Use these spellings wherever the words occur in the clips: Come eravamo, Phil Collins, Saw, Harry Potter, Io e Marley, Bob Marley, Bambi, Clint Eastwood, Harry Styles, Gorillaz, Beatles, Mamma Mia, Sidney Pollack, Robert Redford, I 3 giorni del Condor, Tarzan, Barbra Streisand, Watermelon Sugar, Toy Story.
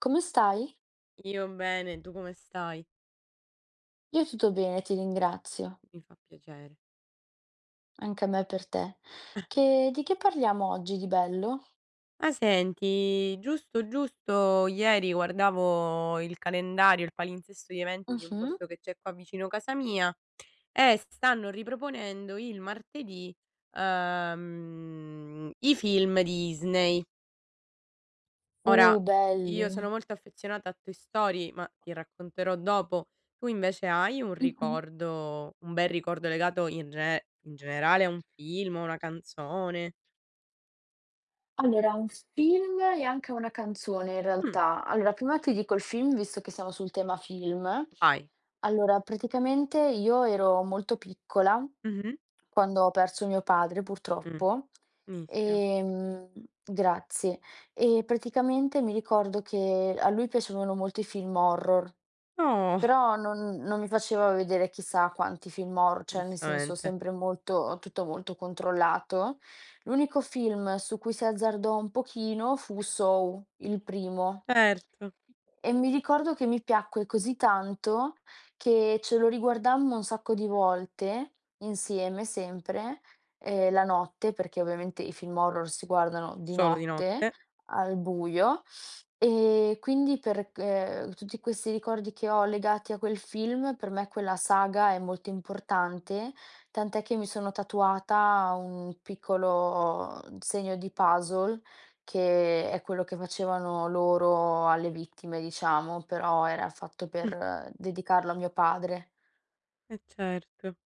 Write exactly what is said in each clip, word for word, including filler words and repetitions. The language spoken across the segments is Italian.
Come stai? Io bene, tu come stai? Io tutto bene, ti ringrazio. Mi fa piacere. Anche a me per te. Che di che parliamo oggi di bello? Ah, senti, giusto, giusto, ieri guardavo il calendario, il palinsesto di eventi di un Mh-mh. posto che c'è qua vicino casa mia e stanno riproponendo il martedì, ehm, i film Disney. Ora, Uh, io sono belli. molto affezionata a Toy Story, ma ti racconterò dopo. Tu invece hai un Mh-mh. ricordo, un bel ricordo legato in, ge- in generale a un film, a una canzone? Allora, un film e anche una canzone in Mm. realtà. Allora, prima ti dico il film, visto che siamo sul tema film. Vai. Allora, praticamente io ero molto piccola Mh-mh. quando ho perso mio padre, Mh. purtroppo. Mi dispiace. Ehm, Grazie. E praticamente mi ricordo che a lui piacevano molto i film horror. No, Però non non mi faceva vedere chissà quanti film horror, cioè nel senso giustamente. sempre molto tutto molto controllato. L'unico film su cui si azzardò un pochino fu Saw, il primo. Certo, E mi ricordo che mi piacque così tanto che ce lo riguardammo un sacco di volte, insieme sempre, ehm, la notte, perché ovviamente i film horror si guardano di solo di notte, notte. al buio, e quindi per ehm, tutti questi ricordi che ho legati a quel film, per me quella saga è molto importante, tant'è che mi sono tatuata un piccolo segno di puzzle, che è quello che facevano loro alle vittime, diciamo, però era fatto per Mh. eh, dedicarlo a mio padre. Eh certo,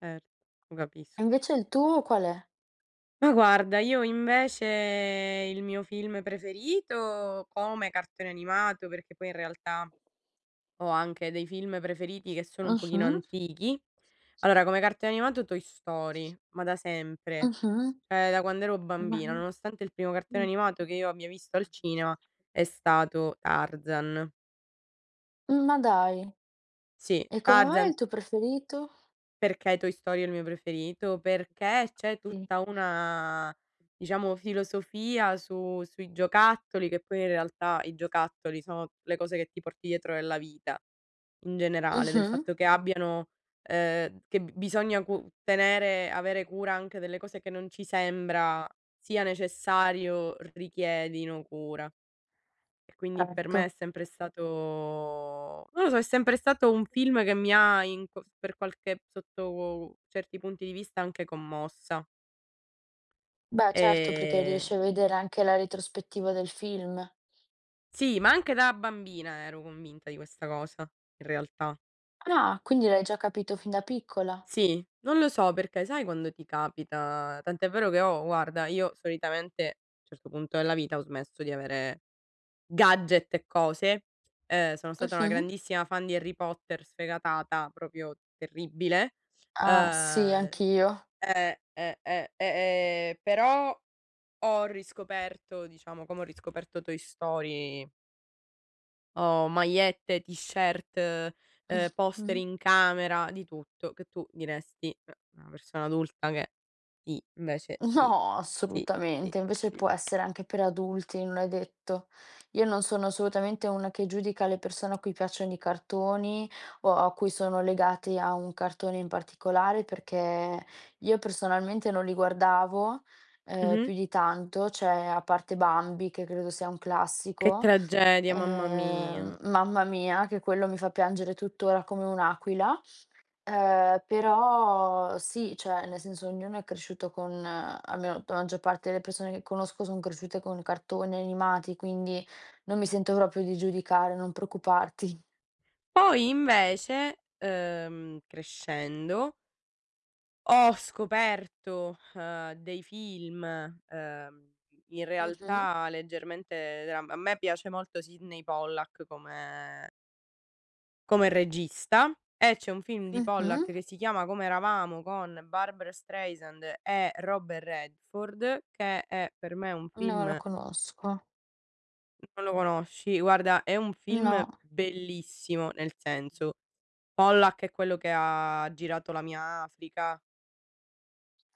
certo, lo E capisco. invece il tuo qual è? Ma guarda, io invece il mio film preferito come cartone animato, perché poi in realtà ho anche dei film preferiti che sono un pochino Mh-mh. antichi. Allora, come cartone animato Toy Story, ma da sempre. Mh-mh. Ehm, da quando ero Ma bambina, nonostante il primo cartone mh. animato che io abbia visto al cinema è stato Tarzan. Mm, ma dai, Sì, e come mai è Tarzan il tuo preferito? perché Toy Story è il mio preferito, perché c'è Sì. tutta una, diciamo, filosofia su sui giocattoli, che poi in realtà i giocattoli sono le cose che ti porti dietro nella vita in generale, del Mh-mh. fatto che abbiano ehm, che b bisogna cu tenere avere cura anche delle cose che non ci sembra sia necessario richiedino cura. E quindi per Certo. me è sempre stato non lo so, è sempre stato un film che mi ha in co per qualche sotto certi punti di vista anche commossa. Beh, certo, perché Ehm, riesci a vedere anche la retrospettiva del film. sì, ma anche da bambina ero convinta di questa cosa, in realtà. Ah, quindi l'hai già capito fin da piccola. Sì, non lo so perché sai quando ti capita tant'è vero che ho guarda, io solitamente a un certo punto della vita ho smesso di avere gadget e cose. Ehm, sono stata una Mh-mh. grandissima fan di Harry Potter sfegatata, proprio terribile. Ah, sì, Uhm, anch'io. eh, eh, eh, eh, ehm, però ho riscoperto diciamo, come ho riscoperto Toy Story, ho magliette, t-shirt, ehm, poster Mh-mh. in camera, di tutto, che tu diresti: "Eh, una persona adulta che" sì, invece sì, No, sì, sì, assolutamente, invece sì. può essere anche per adulti, non è detto. Io non sono assolutamente una che giudica le persone a cui piacciono i cartoni o a cui sono legati a un cartone in particolare, perché io personalmente non li guardavo, ehm, Mh-mh. più di tanto, cioè a parte Bambi che credo sia un Che classico, tragedia, mamma mia. ehm, Mamma Mia, che quello mi fa piangere tuttora come un'aquila. Ehm, però sì, cioè nel senso ognuno è cresciuto con eh, almeno la maggior parte delle persone che conosco son cresciute con cartoni animati, quindi non mi sento proprio di giudicare, non preoccuparti. Poi invece, uhm, crescendo, ho scoperto, uhm, dei film, uhm, in Mh-mh. realtà leggermente dram a me piace molto Sidney Pollack come come regista e c'è un film di Mh-mh. Pollack che si chiama Come eravamo con Barbra Streisand e Robert Redford, che è per me un Non lo film conosco. non lo conosci? Guarda, è un film No. bellissimo, nel senso Pollack è quello che ha girato la mia Africa,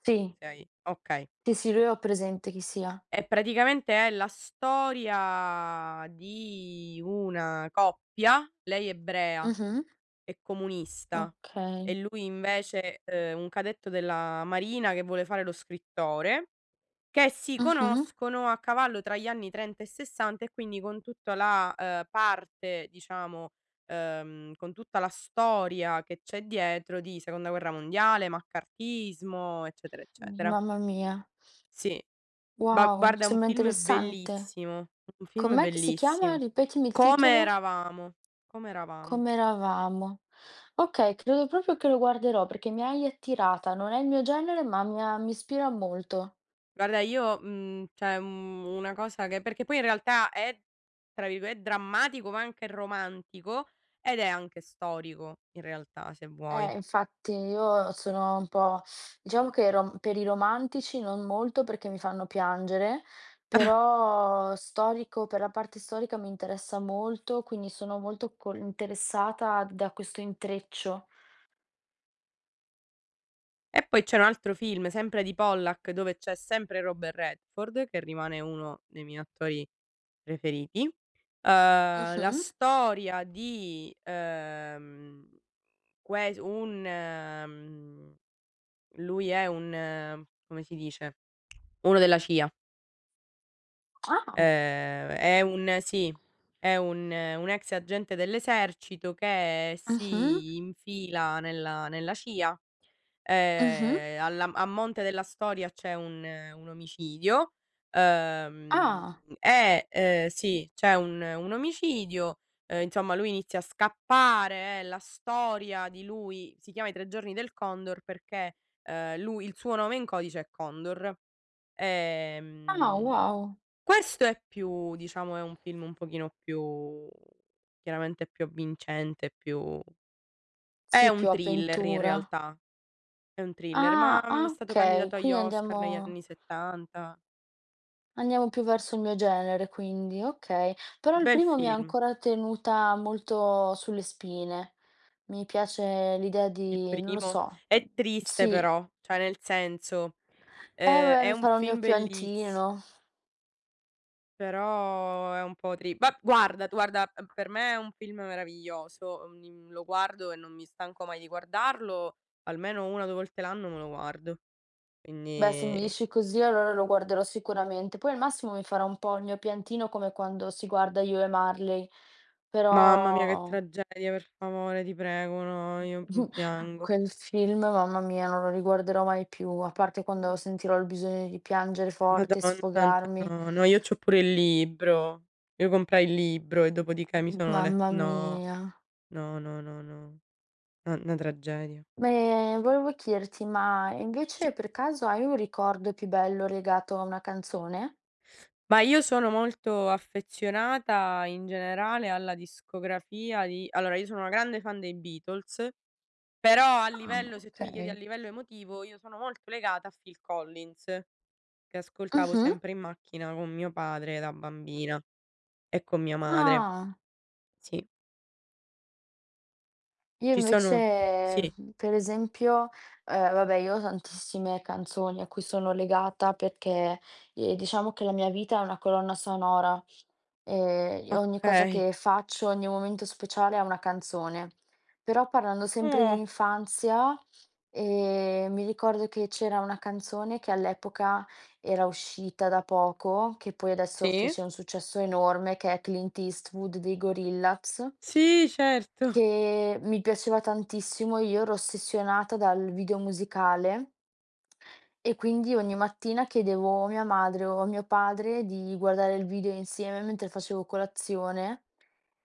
Sì. okay, okay. Sì, sì, lui ho presente chi sia. E praticamente è la storia di una coppia, lei ebrea Mh-mh. e comunista e Okay. lui invece, ehm, un cadetto della marina che vuole fare lo scrittore che si Mh-mh. conoscono a cavallo tra gli anni trenta e sessanta e quindi con tutta la, ehm, parte diciamo, ehm, con tutta la storia che c'è dietro di seconda guerra mondiale, maccartismo, eccetera, eccetera. Mamma mia. Sì, ma Wow, guarda è un sembra film interessante. bellissimo, un film Com'è che si chiama? bellissimo. Ripetimi il Come titolo. eravamo, come eravamo. Come eravamo. Okay, credo proprio che lo guarderò perché mi hai attirata. Non è il mio genere, ma mi ha mi ispira molto. Guarda io, mhmm, cioè, mhmm, una cosa che perché poi in realtà è, tra virgole "drammatico", ma anche romantico, ed è anche storico in realtà, se vuoi. Eh, infatti io sono un po' diciamo che rom per i romantici non molto perché mi fanno piangere, però storico per la parte storica mi interessa molto, quindi sono molto col interessata da questo intreccio. E poi c'è un altro film, sempre di Pollack, dove c'è sempre Robert Redford, che rimane uno dei miei attori preferiti. Uhm, la Mh-mh. storia di, ehm, ques un mhmm, lui è un eh, come si dice? Uno della C I A. Ah. Ehm, è un sì, è un un ex agente dell'esercito che Mh-mh. si infila nella nella C I A. Mh-mh. Ehm, alla a monte della storia c'è un un omicidio, ehm, Ah. e, ehm, sì, c'è un un omicidio, ehm, insomma lui inizia a scappare, eh, la storia di lui si chiama "I tre giorni del Condor" perché, ehm, lui il suo nome in codice è Condor. Ah, Ehm, wow. questo è più diciamo è un film un pochino più chiaramente più avvincente, più è Sì, un più thriller in avventura. realtà, è un thriller, ma Ah, è ah, stato okay, candidato agli quindi Oscar negli andiamo anni 'settanta. andiamo più verso il mio genere quindi, okay. Però il Bel primo mi ha film, ancora tenuta molto sulle spine. Mi piace l'idea il di non lo primo. so, mhmm, È triste sì. però, cioè nel senso, Eh ehm, vabbè, è mi un farò il mio film bellissi piantino. però è un po' tri ma guarda guarda, uhm, per me è un film meraviglioso, mhmm, in lo guardo e non mi stanco mai di guardarlo, almeno una o due volte l'anno me lo guardo. Beh, se Quindi mi dici così allora lo guarderò sicuramente. Poi al massimo mi farò un po' il mio piantino come quando si guarda Io e Marley, mamma mia che però tragedia, per favore, ti prego, no, io, mhmm, Mh-mh. piango. Quel film, mamma mia, non lo riguarderò mai più, a parte Mh. quando sentirò il bisogno di piangere forte, Madonna santa, sfogarmi. no, no, io c'ho pure il libro. Io comprai il libro e dopodiché mi sono lett Mamma no, mia. no, no, no, no, una una tragedia. Beh, volevo chiederti, ma Sì, invece per caso hai un ricordo più bello legato a una canzone? ma io sono molto affezionata in generale alla discografia di allora io sono una grande fan dei Beatles, però a Ah, livello se tu mi chiedi a okay. livello emotivo, io sono molto legata a Phil Collins, che ascoltavo Mh-mh. sempre in macchina con mio padre da bambina e con mia madre. Ah. Sì, Io ci sono invece, sì, mhmm, per esempio, ehm, vabbè io ho tantissime canzoni a cui sono legata perché, ehm, diciamo che la mia vita è una colonna sonora. Ehm, ogni cosa okay. che faccio, ogni momento speciale ha una canzone. Però parlando sempre di Oh, infanzia, ehm, mi ricordo che c'era una canzone che all'epoca era uscita da poco, che poi adesso sì, fece un successo enorme, che è Clint Eastwood dei Gorillaz sì certo, che mi piaceva tantissimo, io ero ossessionata dal video musicale e quindi ogni mattina chiedevo a mia madre o a mio padre di guardare il video insieme mentre facevo colazione.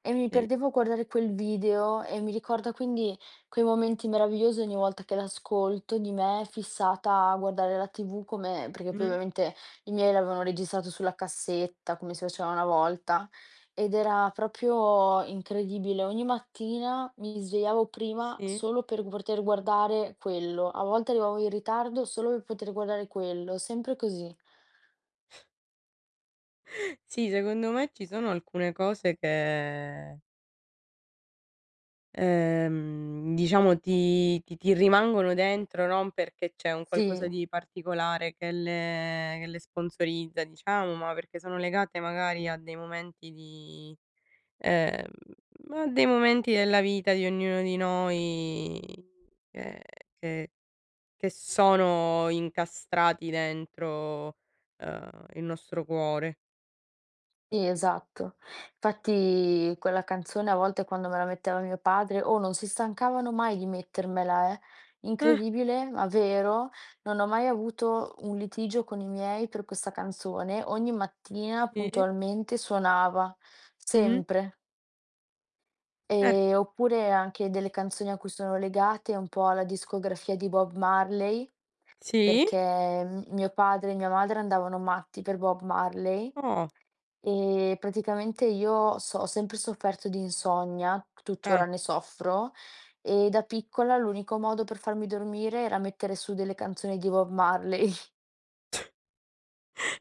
E mi sì, perdevo a guardare quel video e mi ricorda quindi quei momenti meravigliosi ogni volta che l'ascolto di me fissata a guardare la T V come perché poi mh-mh, ovviamente i miei l'avevano registrato sulla cassetta, come si faceva una volta, ed era proprio incredibile. Ogni mattina mi svegliavo prima sì. solo per poter guardare quello, a volte arrivavo in ritardo solo per poter guardare quello, sempre così. Sì, secondo me ci sono alcune cose che Ehm, diciamo ti ti ti rimangono dentro non perché c'è un qualcosa Sì. di particolare che le che le sponsorizza diciamo, ma perché sono legate magari a dei momenti di ehm, a dei momenti della vita di ognuno di noi che che che sono incastrati dentro, ehm, il nostro cuore. Sì, esatto. Infatti quella canzone a volte quando me la metteva mio padre, oh, non si stancavano mai di mettermela, eh. Eh, Incredibile, ma vero. Non ho mai avuto un litigio con i miei per questa canzone. Ogni mattina sì. puntualmente suonava, Mh-mh. sempre. Eh, E, oppure anche delle canzoni a cui sono legate un po' alla discografia di Bob Marley, sì? perché m- mio padre e mia madre andavano matti per Bob Marley. Oh, E praticamente io so ho sempre sofferto di insonnia, tuttora ah. ne soffro, e da piccola l'unico modo per farmi dormire era mettere su delle canzoni di Bob Marley.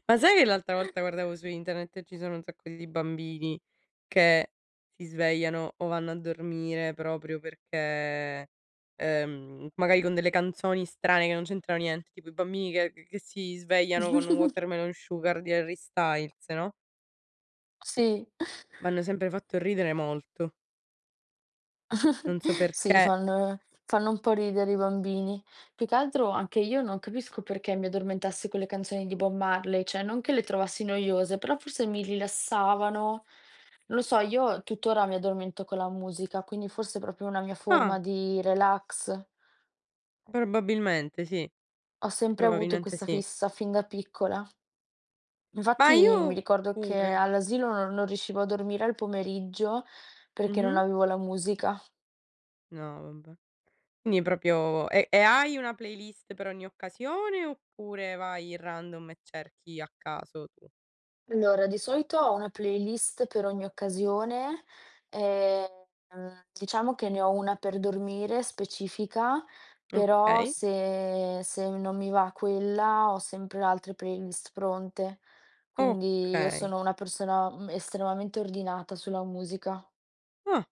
Ma sai che l'altra volta guardavo su internet e ci sono un sacco di bambini che si svegliano o vanno a dormire proprio perché, ehm, magari con delle canzoni strane che non c'entrano niente, tipo i bambini che che si svegliano con Watermelon Sugar di Harry Styles, no, Sì. m'hanno sempre fatto ridere molto. Non so Sì, perché. fanno fanno un po' ridere i bambini. Più che altro anche io non capisco perché mi addormentassi con le canzoni di Bob Marley, cioè non che le trovassi noiose, però forse mi rilassavano. Non lo so, io tuttora mi addormento con la musica, quindi forse è proprio una mia Ah, forma di relax. probabilmente sì, Ho sempre avuto probabilmente questa sì. fissa fin da piccola. Ma Infatti mi io ricordo che pure. all'asilo non non riuscivo a dormire al pomeriggio perché non Mh-mh. avevo la musica. No, vabbè. Quindi proprio e e hai una playlist per ogni occasione oppure vai in random e cerchi a caso tu? Allora, di solito ho una playlist per ogni occasione, ehm, diciamo che ne ho una per dormire specifica, però Okay, se se non mi va quella ho sempre altre playlist pronte. Quindi io okay. sono una persona, mhmm, estremamente ordinata sulla musica. Ah,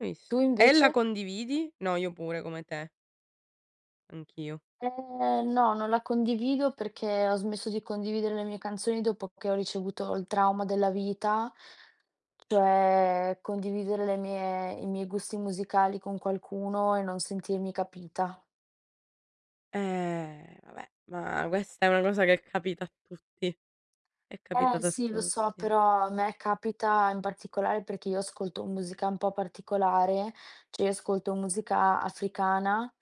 hai visto. Tu E la invece? condividi? No, io pure come te, anch'io. Ehm, no, non la condivido perché ho smesso di condividere le mie canzoni dopo che ho ricevuto il trauma della vita. Cioè, condividere le mie i miei gusti musicali con qualcuno e non sentirmi capita. Eh, vabbè, ma questa è una cosa che capita a tutti, è Eh capitata a sì, lo so, tutti. però a me capita in particolare perché io ascolto musica un po' particolare, cioè io ascolto musica africana,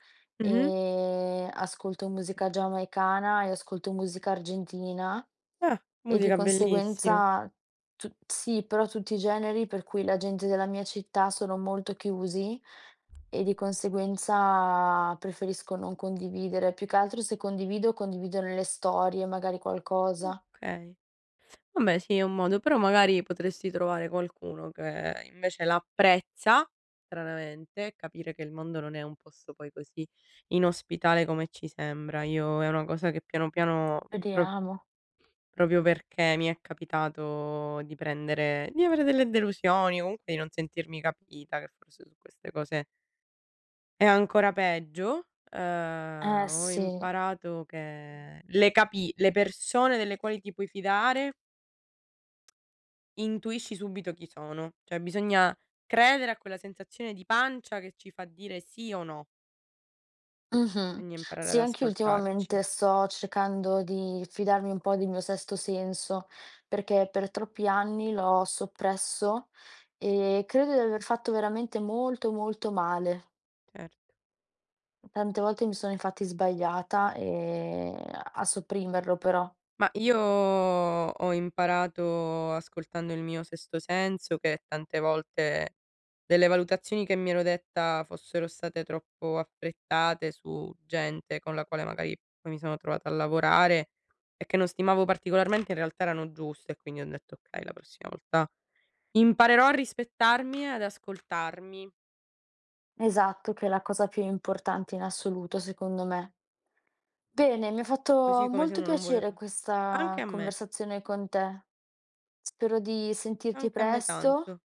Mh-mh. e ascolto musica giamaicana e ascolto musica argentina Ah, e di musica bellissima. conseguenza tu- sì, però tutti i generi per cui la gente della mia città sono molto chiusi e di conseguenza preferisco non condividere. Più che altro se condivido, condivido nelle storie, magari qualcosa. Okay. Vabbè sì, è un modo, però magari potresti trovare qualcuno che invece l'apprezza, stranamente, capire che il mondo non è un posto poi così inospitale come ci sembra. Io è una cosa che piano piano, pro Speriamo. proprio perché mi è capitato di prendere di avere delle delusioni, comunque di non sentirmi capita, che forse su queste cose è ancora peggio, Eh ehm, ho sì. imparato che le capi le persone delle quali ti puoi fidare intuisci subito chi sono, cioè bisogna credere a quella sensazione di pancia che ci fa dire sì o no, Mh-mh. bisogna imparare ad Sì, anch'io ascoltarci, ultimamente sto cercando di fidarmi un po' del mio sesto senso, perché per troppi anni l'ho soppresso e credo di aver fatto veramente molto, molto male. certo. Tante volte mi sono infatti sbagliata, ehm, a sopprimerlo però. Ma io ho imparato ascoltando il mio sesto senso che tante volte delle valutazioni che mi ero detta fossero state troppo affrettate su gente con la quale magari poi mi sono trovata a lavorare e che non stimavo particolarmente, in realtà erano giuste e quindi ho detto: "Okay, la prossima volta" imparerò a rispettarmi e ad ascoltarmi, Esatto, che è la cosa più importante in assoluto secondo me. Bene, mi ha fatto così come se molto uno non vuole piacere fa anche questa a me, conversazione con te. Spero di sentirti anche a me presto tanto,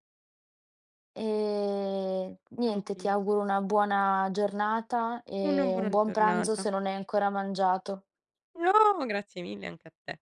e niente, ti anch'io. auguro una buona giornata Una e un buona buon pranzo giornata. se non hai ancora mangiato. No, grazie mille anche a te.